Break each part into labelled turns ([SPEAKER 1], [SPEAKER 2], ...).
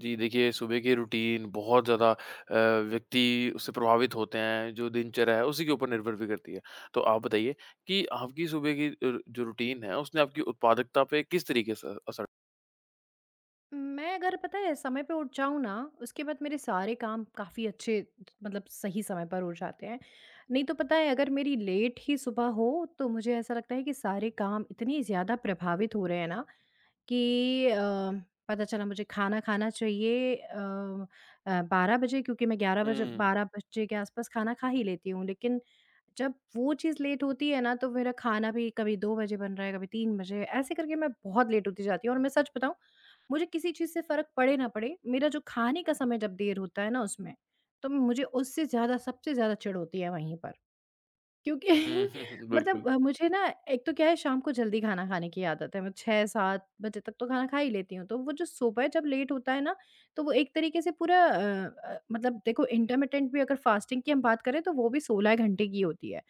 [SPEAKER 1] जी, देखिए सुबह की रूटीन बहुत ज़्यादा व्यक्ति उससे प्रभावित होते हैं, जो दिनचर्या है उसी के ऊपर निर्भर भी करती है। तो आप बताइए कि आपकी सुबह की जो रूटीन है उसने आपकी उत्पादकता पे किस तरीके से असर।
[SPEAKER 2] मैं अगर पता है समय पे उठ जाऊँ ना, उसके बाद मेरे सारे काम काफ़ी अच्छे मतलब सही समय पर हो जाते हैं। नहीं तो पता है अगर मेरी लेट ही सुबह हो, तो मुझे ऐसा लगता है कि सारे काम इतने ज़्यादा प्रभावित हो रहे हैं ना कि पता चला मुझे खाना खाना चाहिए 12 बजे, क्योंकि मैं 11 बजे
[SPEAKER 1] हुँ।
[SPEAKER 2] 12 बजे के आसपास खाना खा ही लेती हूँ। लेकिन जब वो चीज़ लेट होती है ना, तो मेरा खाना भी कभी 2 बजे बन रहा है, कभी 3 बजे, ऐसे करके मैं बहुत लेट होती जाती हूँ। और मैं सच बताऊँ, मुझे किसी चीज़ से फ़र्क पड़े ना पड़े, मेरा जो खाने का समय जब देर होता है ना उसमें, तो मुझे उससे ज़्यादा सबसे ज़्यादा चिढ़ होती है वहीं पर। क्योंकि
[SPEAKER 1] हुँ, बिल्कुल।
[SPEAKER 2] मतलब मुझे ना, एक तो क्या है, शाम को जल्दी खाना खाने की आदत है, मैं 6-7 बजे तक तो खाना खा ही लेती हूँ। तो वो जो सुबह जब लेट होता है ना, तो वो एक तरीके से पूरा मतलब देखो, इंटरमिटेंट भी अगर फास्टिंग की हम बात करें तो वो भी 16 घंटे की होती है।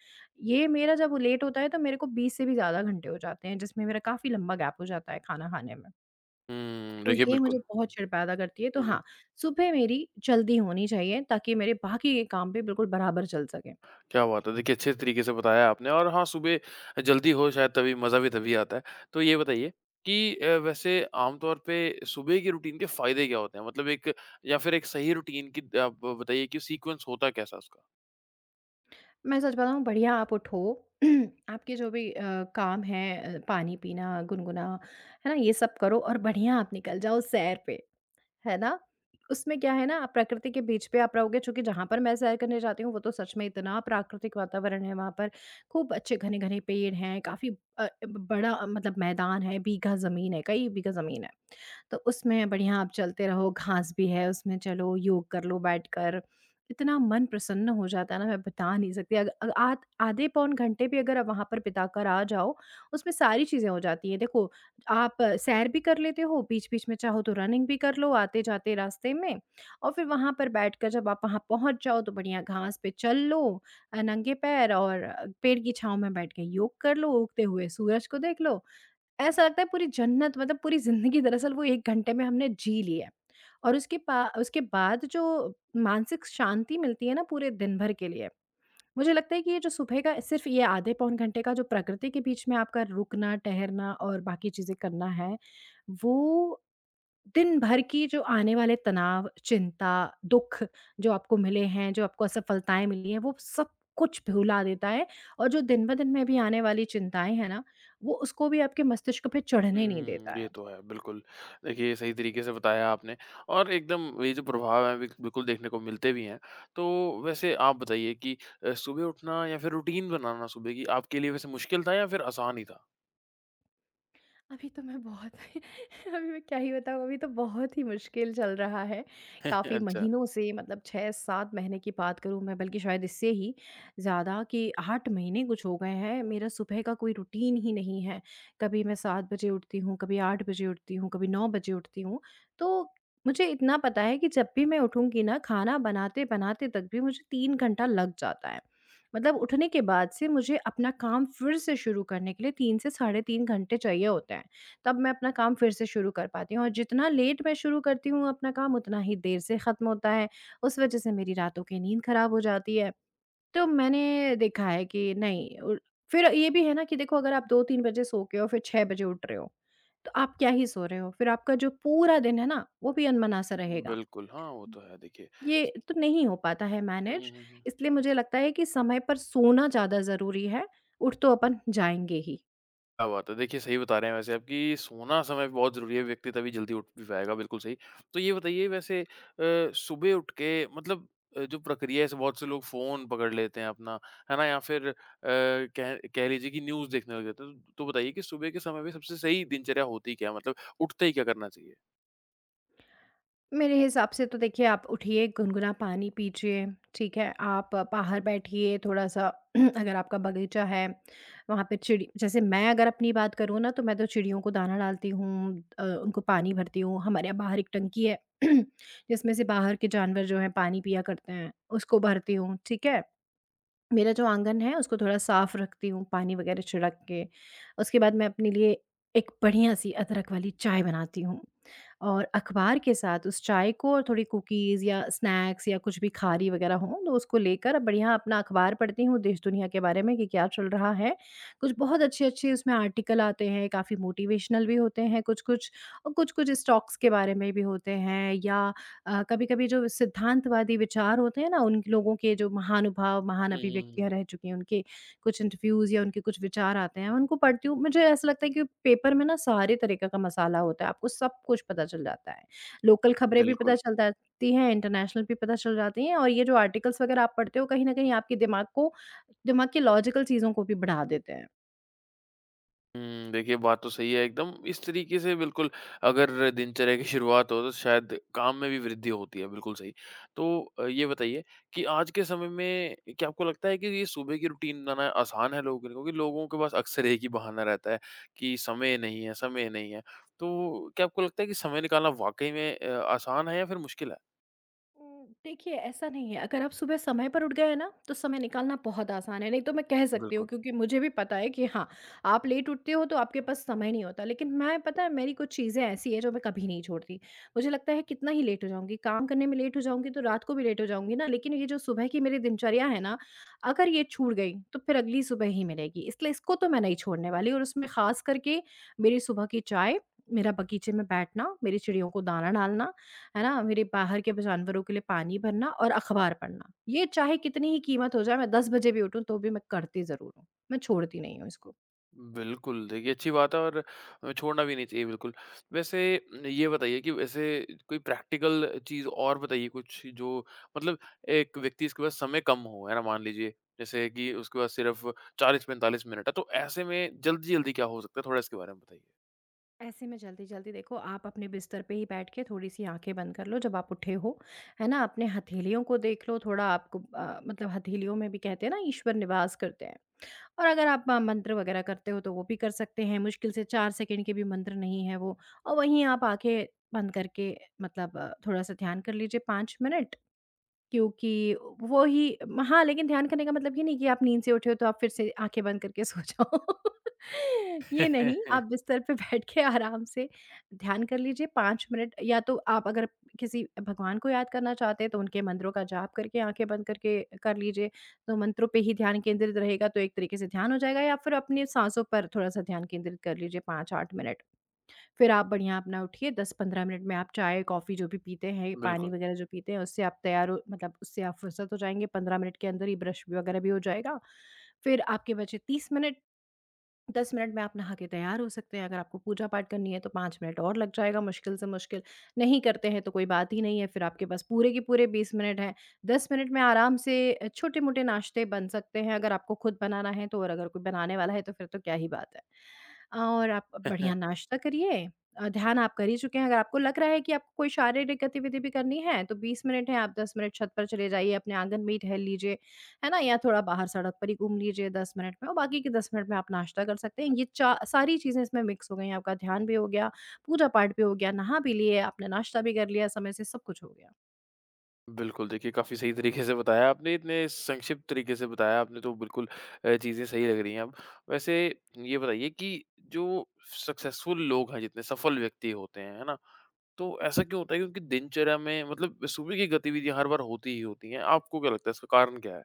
[SPEAKER 2] ये मेरा जब लेट होता है तो मेरे को 20 से भी ज़्यादा घंटे हो जाते हैं, जिसमें मेरा काफ़ी लंबा गैप हो जाता है खाना खाने में।
[SPEAKER 1] हुँ,
[SPEAKER 2] तो
[SPEAKER 1] देखिए
[SPEAKER 2] ये मुझे
[SPEAKER 1] बिल्कुल।
[SPEAKER 2] बहुत चिढ़ पैदा करती है। तो
[SPEAKER 1] हुँ, हुँ।
[SPEAKER 2] हाँ, सुबह मेरी जल्दी होनी चाहिए ताकि मेरे बाकी के काम भी बिल्कुल बराबर चल सकें।
[SPEAKER 1] क्या बात है! देखिए अच्छे तरीके से बताया आपने और हाँ, सुबह जल्दी हो शायद तभी मज़ा भी तभी आता है। तो ये बताइए कि वैसे आमतौर पे सुबह की रूटीन के फ़ायदे क्या होते हैं? मतलब एक या फिर एक सही रूटीन की आप बताइए कि सीक्वेंस होता कैसा है उसका?
[SPEAKER 2] मैं सच बताऊँ, बढ़िया आप उठो। आपके जो भी काम हैं, पानी पीना, गुनगुना, है ना? ये सब करो और बढ़िया आप निकल जाओ सैर पे, है ना? उसमें क्या है ना, आप प्रकृति के बीच पे आप रहोगे, चूँकि जहाँ पर मैं सैर करने जाती हूँ वो तो सच में इतना प्राकृतिक वातावरण है वहाँ पर। खूब अच्छे घने-घने पेड़ हैं, काफ़ी ब बड़ा मतलब मैदान है, बीघा ज़मीन है, कई बीघा ज़मीन है। तो उसमें बढ़िया आप चलते रहो, घास भी है, उसमें चलो योग कर लो बैठकर। इतना मन प्रसन्न हो जाता है ना, मैं बता नहीं सकती। अग अ, आध आधे पौन घंटे भी अगर आप वहाँ पर बिताकर आ जाओ, उसमें सारी चीज़ें हो जाती हैं। देखो, आप सैर भी कर लेते हो, बीच-बीच में चाहो तो रनिंग भी कर लो आते-जाते रास्ते में, और फिर वहाँ पर बैठकर जब आप वहाँ पहुँच जाओ तो बढ़िया घास पे चल लो नंगे पैर, और पेड़ की छाँव में बैठ के योग कर लो, उगते हुए सूरज को देख लो। ऐसा लगता है पूरी जन्नत, मतलब पूरी ज़िंदगी दरअसल वो 1 घंटे में हमने जी ली है। और उसके बाद जो मानसिक शांति मिलती है ना पूरे दिन भर के लिए, मुझे लगता है कि ये जो सुबह का सिर्फ़ ये आधे पौन घंटे का जो प्रकृति के बीच में आपका रुकना, ठहरना और बाकी चीज़ें करना है, वो दिन भर की जो आने वाले तनाव, चिंता, दुःख जो आपको मिले हैं, जो आपको असफलताएँ मिली हैं, वो सब कुछ भुला देता है, और जो दिन-ब-दिन में भी आने वाली चिंताएँ हैं ना, वो उसको भी आपके मस्तिष्क पे चढ़ने नहीं
[SPEAKER 1] हुँ,
[SPEAKER 2] देता
[SPEAKER 1] ये
[SPEAKER 2] है।
[SPEAKER 1] तो है बिल्कुल। देखिए सही तरीके से बताया आपने और एकदम ये जो प्रभाव है बिल्कुल देखने को मिलते भी हैं। तो वैसे आप बताइए कि सुबह उठना या फिर रूटीन बनाना सुबह की आपके लिए वैसे मुश्किल था या फिर आसान ही था?
[SPEAKER 2] अभी तो मैं बहुत अभी मैं क्या ही बताऊँ, अभी तो बहुत ही मुश्किल चल रहा है। काफ़ी
[SPEAKER 1] अच्छा।
[SPEAKER 2] महीनों से, मतलब 6-7 महीने की बात करूँ मैं, बल्कि शायद इससे ही ज़्यादा कि 8 महीने कुछ हो गए हैं। मेरा सुबह का कोई रूटीन ही नहीं है। कभी मैं 7 बजे उठती हूँ, कभी 8 बजे उठती हूँ, कभी 9 बजे उठती हूँ। तो मुझे इतना पता है कि जब भी मैं उठूँगी ना, खाना बनाते-बनाते तक भी मुझे 3 घंटा लग जाता है। मतलब उठने के बाद से मुझे अपना काम फिर से शुरू करने के लिए 3 से साढ़े 3 घंटे चाहिए होते हैं, तब मैं अपना काम फिर से शुरू कर पाती हूँ, और जितना लेट मैं शुरू करती हूँ अपना काम उतना ही देर से ख़त्म होता है, उस वजह से मेरी रातों की नींद ख़राब हो जाती है। तो मैंने देखा है कि नहीं, उर फिर ये भी है ना कि देखो, अगर आप 2-3 बजे सो के और फिर 6 बजे उठ रहे हो, तो आप क्या ही सो रहे हो, फिर आपका जो पूरा दिन है ना, वो भी अनमना सा रहेगा।
[SPEAKER 1] बिल्कुल, हाँ, वो तो है देखिए।
[SPEAKER 2] ये तो नहीं हो पाता है
[SPEAKER 1] हुँ, हुँ,
[SPEAKER 2] मैनेज,
[SPEAKER 1] हुँ, हुँ।
[SPEAKER 2] इसलिए मुझे लगता है कि समय पर सोना ज़्यादा ज़रूरी है, उठ तो अपन जाएँगे ही।
[SPEAKER 1] क्या बात है, देखिए सही बता रहे हैं वैसे आप कि सोना समय पे बहुत ज़रूरी है, व्यक्ति तभी जल्दी उठ भी पाएगा, बिल्कुल सही। तो ये बताइए वैसे सुबह उठ के मतलब जो प्रक्रिया है जैसे बहुत से लोग फ़ोन पकड़ लेते हैं अपना, है ना? या फिर कह कह लीजिए कि न्यूज़ देखने लग जाते हैं। तो बताइए कि सुबह के समय में सबसे सही दिनचर्या होती क्या है? मतलब उठते ही क्या करना चाहिए?
[SPEAKER 2] मेरे हिसाब से तो देखिए, आप उठिए, गुनगुना पानी पीजिए, ठीक है? आप बाहर बैठिए थोड़ा-सा। अगर आपका बगीचा है, वहाँ पे चिड़ी, जैसे मैं अगर अपनी बात करूँ ना, तो मैं तो चिड़ियों को दाना डालती हूँ, उनको पानी भरती हूँ, हमारे यहाँ बाहर एक टंकी है जिसमें से बाहर के जानवर जो हैं पानी पिया करते हैं, उसको भरती हूँ, ठीक है? मेरा जो आंगन है उसको थोड़ा साफ रखती हूँ पानी वगैरह छिड़क के। उसके बाद मैं अपने लिए एक बढ़िया सी अदरक वाली चाय बनाती हूँ, और अखबार के साथ उस चाय को और थोड़ी कुकीज़ या स्नैक्स या कुछ भी खारी वगैरह हो तो उसको लेकर बढ़िया अपना अखबार पढ़ती हूँ देश दुनिया के बारे में कि क्या चल रहा है। कुछ बहुत अच्छे अच्छे उसमें आर्टिकल आते हैं, काफ़ी मोटिवेशनल भी होते हैं कुछ कुछ, और कुछ कुछ स्टॉक्स के बारे में भी होते हैं, या कभी-कभी जो सिद्धांतवादी विचार होते हैं ना, उन लोगों के, जो महानुभाव, महान
[SPEAKER 1] हुँ, हुँ,
[SPEAKER 2] अभिव्यक्तियाँ
[SPEAKER 1] हुँ।
[SPEAKER 2] रह चुकी हैं, उनके कुछ इंटरव्यूज़ या उनके कुछ विचार आते हैं, उनको पढ़ती हूँ। मुझे ऐसा लगता है कि पेपर में ना सारे तरीके का मसाला होता है, आपको सब कुछ पता चल जाता है। लोकल खबरें भी पता
[SPEAKER 1] बिल्कुल।
[SPEAKER 2] चल जाती हैं, इंटरनेशनल भी पता चल जाती हैं, और ये जो आर्टिकल्स वगैरह आप पढ़ते हो, कहीं न कहीं आपके दिमाग के लॉजिकल चीज़ों को भी बढ़ा देते हैं।
[SPEAKER 1] हुँ, देखिए बात तो सही है एकदम। इस तरीके से बिल्कुल अगर दिनचर्या की शुरुआत हो तो शायद काम में भी वृद्धि होती है, बिल्कुल सही। तो ये बताइए कि आज के समय में क्या आपको लगता है कि ये सुबह की रूटीन बनाना आसान है लोगों के लिए? क्योंकि लोगों के पास अक्सर एक ही बहाना रहता है कि समय नहीं है, समय नहीं है। तो क्या आपको लगता है कि समय निकालना वाक़ई में आसान है या फिर मुश्किल है?
[SPEAKER 2] देखिए, ऐसा नहीं है, अगर आप सुबह समय पर उठ गए हैं ना, तो समय निकालना बहुत आसान है, नहीं तो मैं कह सकती हूँ
[SPEAKER 1] बिल्कुल।
[SPEAKER 2] क्योंकि मुझे भी पता है कि हाँ, आप लेट उठते हो तो आपके पास समय नहीं होता। लेकिन मैं पता है, मेरी कुछ चीज़ें ऐसी हैं जो मैं कभी नहीं छोड़ती। मुझे लगता है कितना ही लेट हो जाऊँगी, काम करने में लेट हो जाऊँगी तो रात को भी लेट हो जाऊँगी ना, लेकिन ये जो सुबह की मेरी दिनचर्या है ना, अगर ये छूट गई तो फिर अगली सुबह ही मिलेगी। इसलिए इसको तो मैं नहीं छोड़ने वाली, और उसमें ख़ास करके मेरी सुबह की चाय, मेरा बगीचे में बैठना, मेरी चिड़ियों को दाना डालना, है ना? मेरे बाहर के जानवरों के लिए पानी भरना और अखबार पढ़ना। ये चाहे कितनी ही कीमत हो जाए, मैं 10 बजे भी उठूँ तो भी मैं करती ज़रूर हूँ। मैं छोड़ती नहीं हूँ इसको।
[SPEAKER 1] बिल्कुल, देखिए अच्छी बात है और छोड़ना भी नहीं चाहिए बिल्कुल। वैसे ये बताइए कि वैसे कोई प्रैक्टिकल चीज़ और बताइए कुछ जो मतलब एक व्यक्ति इसके पास समय कम हो, है ना? मान लीजिए जैसे कि उसके पास सिर्फ़ 40-45 मिनट है, तो ऐसे में जल्दी-जल्दी क्या हो सकता है? थोड़ा इसके बारे में बताइए।
[SPEAKER 2] ऐसे में जल्दी-जल्दी देखो, आप अपने बिस्तर पे ही बैठ के थोड़ी-सी आँखें बंद कर लो जब आप उठे हो, है ना? अपने हथेलियों को देख लो थोड़ा, आपको मतलब हथेलियों में भी कहते हैं ना ईश्वर निवास करते हैं। और अगर आप म मंत्र वगैरह करते हो तो वो भी कर सकते हैं, मुश्किल से 4 सेकंड के भी मंत्र नहीं है वो। और वहीं आप आँखें बंद करके मतलब थोड़ा-सा ध्यान कर लीजिए 5 मिनट, क्योंकि वो ही हाँ, लेकिन ध्यान करने का मतलब ये नहीं कि आप नींद से उठे हो तो आप फिर से आँखें बंद करके सो जाओ। ये नहीं, आप बिस्तर पे बैठ के आराम से ध्यान कर लीजिए 5 मिनट, या तो आप अगर किसी भगवान को याद करना चाहते हैं तो उनके मंत्रों का जाप करके आँखें बंद करके कर लीजिए, तो मंत्रों पे ही ध्यान केंद्रित रहेगा तो एक तरीके से ध्यान हो जाएगा, या फिर अपनी साँसों पर थोड़ा-सा ध्यान केंद्रित कर लीजिए 5-8 मिनट। फिर आप बढ़िया अपना उठिए, 10-15 मिनट में आप चाय, कॉफ़ी जो भी पीते हैं, पानी
[SPEAKER 1] बिल्कुल।
[SPEAKER 2] वगैरह जो पीते हैं, उससे आप तैयार हो, मतलब उससे आप फुर्सत हो जाएँगे। 15 मिनट के अंदर ये ब्रश वगैरह भी हो जाएगा। फिर आपके बचे 30 मिनट, 10 मिनट में आप नहा के तैयार हो सकते हैं, अगर आपको पूजा पाठ करनी है तो 5 मिनट और लग जाएगा मुश्किल से मुश्किल, नहीं करते हैं तो कोई बात ही नहीं है, फिर आपके पास पूरे के पूरे 20 मिनट हैं। 10 मिनट में आराम से छोटे-मोटे नाश्ते बन सकते हैं, अगर आपको खुद बनाना है तो, और अगर कोई बनाने वाला है तो फिर तो क्या ही बात है। और आप बढ़िया नाश्ता करिए, ध्यान आप कर ही चुके हैं, अगर आपको लग रहा है कि आपको कोई शारीरिक गतिविधि भी करनी है, तो 20 मिनट है, आप 10 मिनट छत पर चले जाइए, अपने आंगन में ही टहल लीजिए। है ना? या थोड़ा बाहर सड़क पर ही घूम लीजिए 10 मिनट में और बाकी के 10 मिनट में आप नाश्ता कर सकते हैं। ये चा सारी चीज़ें इसमें मिक्स हो गई हैं, आपका ध्यान भी हो गया, पूजा-पाठ भी हो गया, नहा भी लिए, आपने नाश्ता भी कर लिया समय से, सब कुछ हो गया।
[SPEAKER 1] बिल्कुल, देखिए काफ़ी सही तरीके से बताया आपने, इतने संक्षिप्त तरीके से बताया आपने तो बिल्कुल चीज़ें सही लग रही हैं अब। वैसे ये बताइए कि जो सक्सेसफुल लोग हैं जितने सफल व्यक्ति होते हैं, है ना? तो ऐसा क्यों होता है कि उनकी दिनचर्या में मतलब सुबह की गतिविधियाँ हर बार होती ही होती हैं, आपको क्या लगता है इसका कारण क्या है?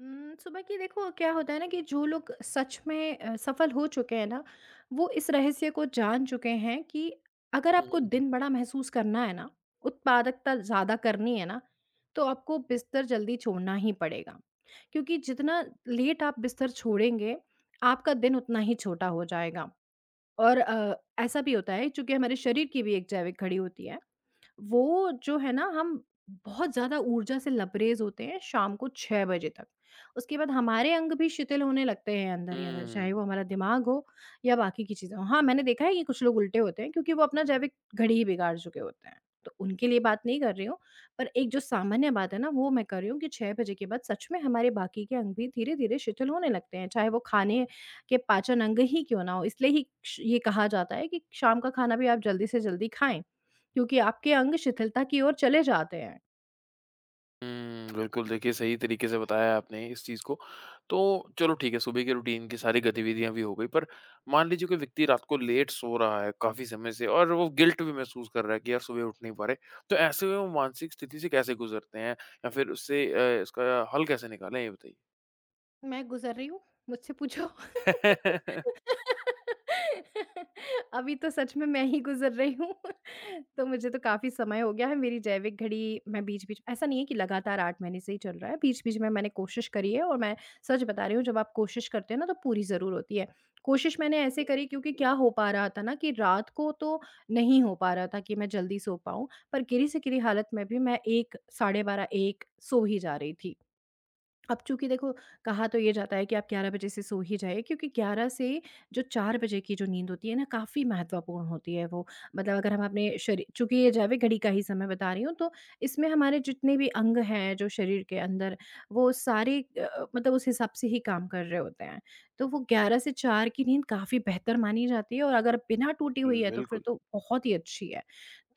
[SPEAKER 2] सुबह की देखो क्या होता है ना कि जो लोग सच में सफल हो चुके हैं ना, वो इस रहस्य को जान चुके हैं कि अगर
[SPEAKER 1] हुँ,
[SPEAKER 2] आपको
[SPEAKER 1] हुँ, हुँ।
[SPEAKER 2] दिन बड़ा महसूस करना है ना, उत्पादकता ज़्यादा करनी है ना, तो आपको बिस्तर जल्दी छोड़ना ही पड़ेगा। क्योंकि जितना लेट आप बिस्तर छोड़ेंगे, आपका दिन उतना ही छोटा हो जाएगा और ऐसा भी होता है चूँकि हमारे शरीर की भी एक जैविक घड़ी होती है। वो जो है ना, हम बहुत ज़्यादा ऊर्जा से लबरेज़ होते हैं शाम को 6 बजे तक। उसके बाद हमारे अंग भी शिथिल होने लगते हैं अंदर ही अंदर, चाहे
[SPEAKER 1] हुँ।
[SPEAKER 2] वो हमारा दिमाग हो या बाकी की चीज़ें हों। हाँ, मैंने देखा है कि कुछ लोग उल्टे होते हैं क्योंकि वो अपना जैविक घड़ी ही बिगाड़ चुके होते हैं। तो उनके लिए बात नहीं कर रही हूँ, पर एक जो सामान्य बात है ना, वो मैं कर रही हूँ कि 6 बजे के बाद सच में हमारे बाकी के अंग भी धीरे-धीरे शिथिल होने लगते हैं, चाहे वो खाने के पाचन अंग ही क्यों ना हो। इसलिए ही श ये कहा जाता है कि शाम का खाना भी आप जल्दी से जल्दी खाएँ। क्योंकि आपके अंग शिथिलता की ओर चले जाते हैं।
[SPEAKER 1] हुँ, बिल्कुल देखिए सही तरीके से बताया आपने इस चीज़ को। तो चलो ठीक है, सुबह की रूटीन की सारी गतिविधियाँ भी हो गई, पर मान लीजिए कोई व्यक्ति रात को लेट सो रहा है काफ़ी समय से और वो गिल्ट भी महसूस कर रहा है कि यार सुबह उठ नहीं पा रहे। तो ऐसे में वो मानसिक स्थिति से कैसे गुज़रते हैं या फिर उससे इसका हल कैसे निकालें ये बताइए?
[SPEAKER 2] मैं गुज़र रही हूँ, मुझसे पूछो। अभी तो सच में मैं ही गुज़र रही हूँ। तो मुझे तो काफ़ी समय हो गया है, मेरी जैविक घड़ी, मैं बीच-बीच, ऐसा नहीं है कि लगातार 8 महीने से ही चल रहा है, बीच-बीच में मैंने कोशिश करी है और मैं सच बता रही हूँ, जब आप कोशिश करते हैं ना तो पूरी ज़रूर होती है। कोशिश मैंने ऐसे करी क्योंकि क्या हो पा रहा था ना कि रात को तो नहीं हो पा रहा था कि मैं जल्दी सो पाऊँ, पर गिरी से गिरी हालत में भी मैं 1 साढ़े 12, 1 सो ही जा रही थी। अब चूँकि देखो, कहा तो ये जाता है कि आप 11 बजे से सो ही जाइए क्योंकि 11 से जो 4 बजे की जो नींद होती है ना, काफ़ी महत्वपूर्ण होती है वो। मतलब अगर हम अपने शरी चूँकि ये जैविक घड़ी का ही समय बता रही हूँ, तो इसमें हमारे जितने भी अंग हैं जो शरीर के अंदर, वो सारे मतलब उस हिसाब से ही काम कर रहे होते हैं। तो वो 11 से 4 की नींद काफ़ी बेहतर मानी जाती है और अगर बिना टूटी
[SPEAKER 1] बिल
[SPEAKER 2] हुई है, तो फिर
[SPEAKER 1] बिल्कुल,
[SPEAKER 2] तो बहुत ही अच्छी है।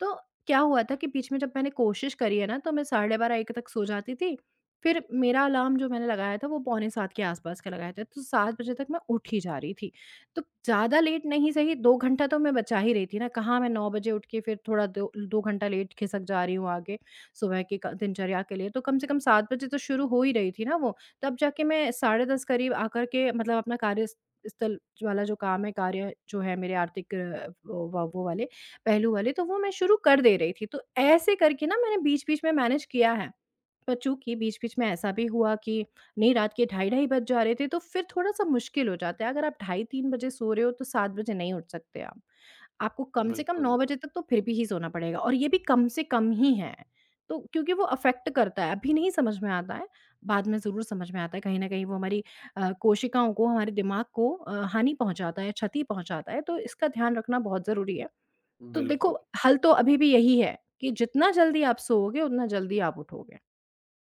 [SPEAKER 2] तो क्या हुआ था कि बीच में जब मैंने कोशिश करी है ना, तो मैं साढ़े 12, 1 तक सो जाती थी। फिर मेरा अलार्म जो मैंने लगाया था वो पौने 7 के आस-पास का लगाया था, तो 7 बजे तक मैं उठ ही जा रही थी। तो ज़्यादा लेट नहीं, सही 2 घंटा तो मैं बचा ही रही थी ना, कहाँ मैं 9 बजे उठ के फिर थोड़ा दो 2 घंटा लेट खिसक जा रही हूँ आगे, सुबह की क दिनचर्या के लिए। तो कम से कम 7 बजे तो शुरू हो ही रही थी ना वो, तब जाके मैं 10:30 करीब आकर के मतलब अपना कार्य स स्थल वाला जो काम है, कार्य जो है मेरे आर्थिक वो वाले, पहलू वाले, तो वो मैं शुरू कर दे रही थी। तो ऐसे करके ना मैंने बीच-बीच में मैनेज किया है। पर चूँकि बीच-बीच में ऐसा भी हुआ कि नहीं, रात के ढाई ढाई बज जा रहे थे, तो फिर थोड़ा-सा मुश्किल हो जाता है। अगर आप ढाई, 3 बजे सो रहे हो, तो 7 बजे नहीं उठ सकते आप। आपको कम से कम
[SPEAKER 1] बिल्कुल,
[SPEAKER 2] 9 बजे तक तो फिर भी ही सोना पड़ेगा और ये भी कम से कम ही है। तो क्योंकि वो अफ़ेक्ट करता है, अभी नहीं समझ में आता है, बाद में ज़रूर समझ में आता है। कहीं न कहीं वो हमारी कोशिकाओं को, हमारे दिमाग को हानि पहुँचाता है, क्षति पहुँचाता है, तो इसका ध्यान रखना बहुत ज़रूरी है। तो
[SPEAKER 1] बिल्कुल।
[SPEAKER 2] देखो, हल तो अभी भी यही है कि जितना जल्दी आप सोओगे, उतना जल्दी आप उठोगे।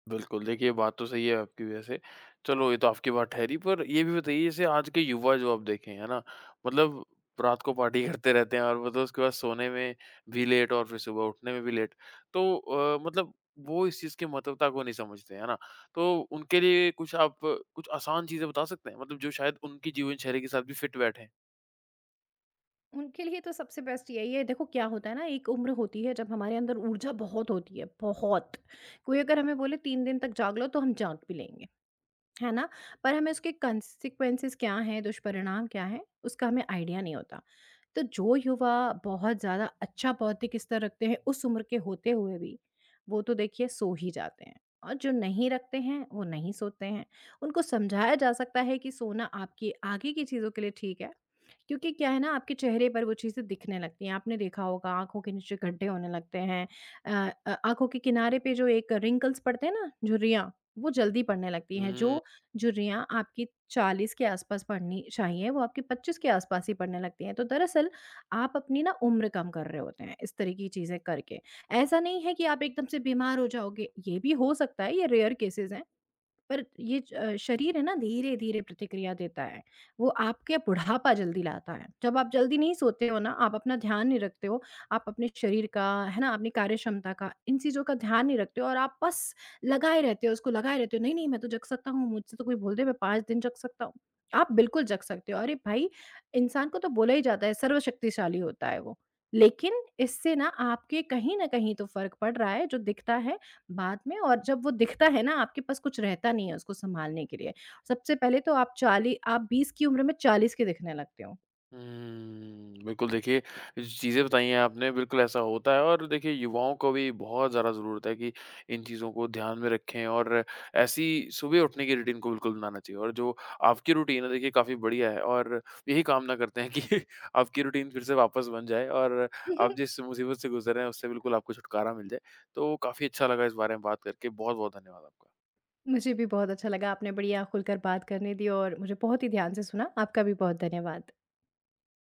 [SPEAKER 1] बिल्कुल, देखिए बात तो सही है आपकी वैसे। चलो ये तो आपकी बात ठहरी पर ये भी बताइए जैसे आज के युवा जो आप देखें, है ना? मतलब रात को पार्टी करते रहते हैं और मतलब उसके बाद सोने में भी लेट और फिर सुबह उठने में भी लेट। तो मतलब वो इस चीज़ की महत्वता को नहीं समझते, है ना? तो उनके लिए कुछ आप कुछ आसान चीज़ें बता सकते हैं? मतलब जो शायद उनकी जीवनशैली के साथ भी फिट बैठे।
[SPEAKER 2] उनके लिए तो सबसे बेस्ट यही है, देखो क्या होता है ना, एक उम्र होती है जब हमारे अंदर ऊर्जा बहुत होती है, बहुत। कोई अगर हमें बोले तीन दिन तक जाग लो तो हम जाग भी लेंगे, है ना? पर हमें उसके कंसेक्वेंसेस क्या हैं, दुष्परिणाम क्या हैं, उसका हमें आइडिया नहीं होता। तो जो युवा बहुत ज़्यादा अच्छा बौद्धिक स्तर रखते हैं, उस उम्र के होते हुए भी, वो तो देखिए सो ही जाते हैं और जो नहीं रखते हैं, वो नहीं सोते हैं। उनको समझाया जा सकता है कि सोना आपकी आगे की चीज़ों के लिए ठीक है, क्योंकि क्या है ना, आपके चेहरे पर वो चीज़ें दिखने लगती हैं। आपने देखा होगा आँखों के नीचे गड्ढे होने लगते हैं, आँखों के किनारे पे जो एक रिंकल्स पड़ते हैं ना, झुर्रियाँ, वो जल्दी पड़ने लगती हैं,
[SPEAKER 1] हुँ।
[SPEAKER 2] जो झुर्रियाँ आपकी 40 के आसपास पड़नी चाहिए, वो आपकी 25 के आसपास ही पड़ने लगती हैं। तो दरअसल आप अपनी ना उम्र कम कर रहे होते हैं, इस तरह की चीज़ें करके। ऐसा नहीं है कि आप एकदम से बीमार हो जाओगे, ये भी हो सकता है, ये रेयर केसेस हैं। पर ये शरीर है ना, धीरे-धीरे प्रतिक्रिया देता है। वो आपके बुढ़ापा जल्दी लाता है। जब आप जल्दी नहीं सोते हो ना, आप अपना ध्यान नहीं रखते हो, आप अपने शरीर का, है ना, अपनी कार्य क्षमता का, इन चीज़ों का ध्यान नहीं रखते हो और आप बस लगाए रहते हो, उसको लगाए रहते हो, "नहीं, नहीं, मैं तो जग सकता हूँ, मुझसे तो कोई बोल दे मैं 5 दिन जग सकता हूँ।" आप बिल्कुल जग सकते हो। अरे भाई! इंसान को तो बोला ही जाता है सर्वशक्तिशाली होता है वो। लेकिन इससे ना आपके कहीं न कहीं तो फ़र्क पड़ रहा है, जो दिखता है बाद में और जब वो दिखता है ना, आपके पास कुछ रहता नहीं है उसको सँभालने के लिए। सबसे पहले तो आप चाली आप 20 की उम्र में 40 के दिखने लगते हो।
[SPEAKER 1] हुँ, बिल्कुल देखिए, जो चीज़ें बताई हैं आपने बिल्कुल ऐसा होता है और देखिए युवाओं को भी बहुत ज़्यादा ज़रूरत है कि इन चीज़ों को ध्यान में रखें और ऐसी सुबह उठने की रूटीन को बिल्कुल बनाना चाहिए और जो आपकी रूटीन है देखिए काफ़ी बढ़िया है और यही कामना करते हैं कि आपकी रूटीन फिर से वापस बन जाए और आप जिस मुसीबत से गुज़र रहे हैं उससे बिल्कुल आपको छुटकारा मिल जाए। तो काफ़ी अच्छा लगा इस बारे में बात करके, बहुत-बहुत धन्यवाद आपका।
[SPEAKER 2] मुझे भी बहुत अच्छा लगा, आपने बढ़िया खुलकर बात करने दी और मुझे बहुत ही ध्यान से सुना। आपका भी बहुत धन्यवाद।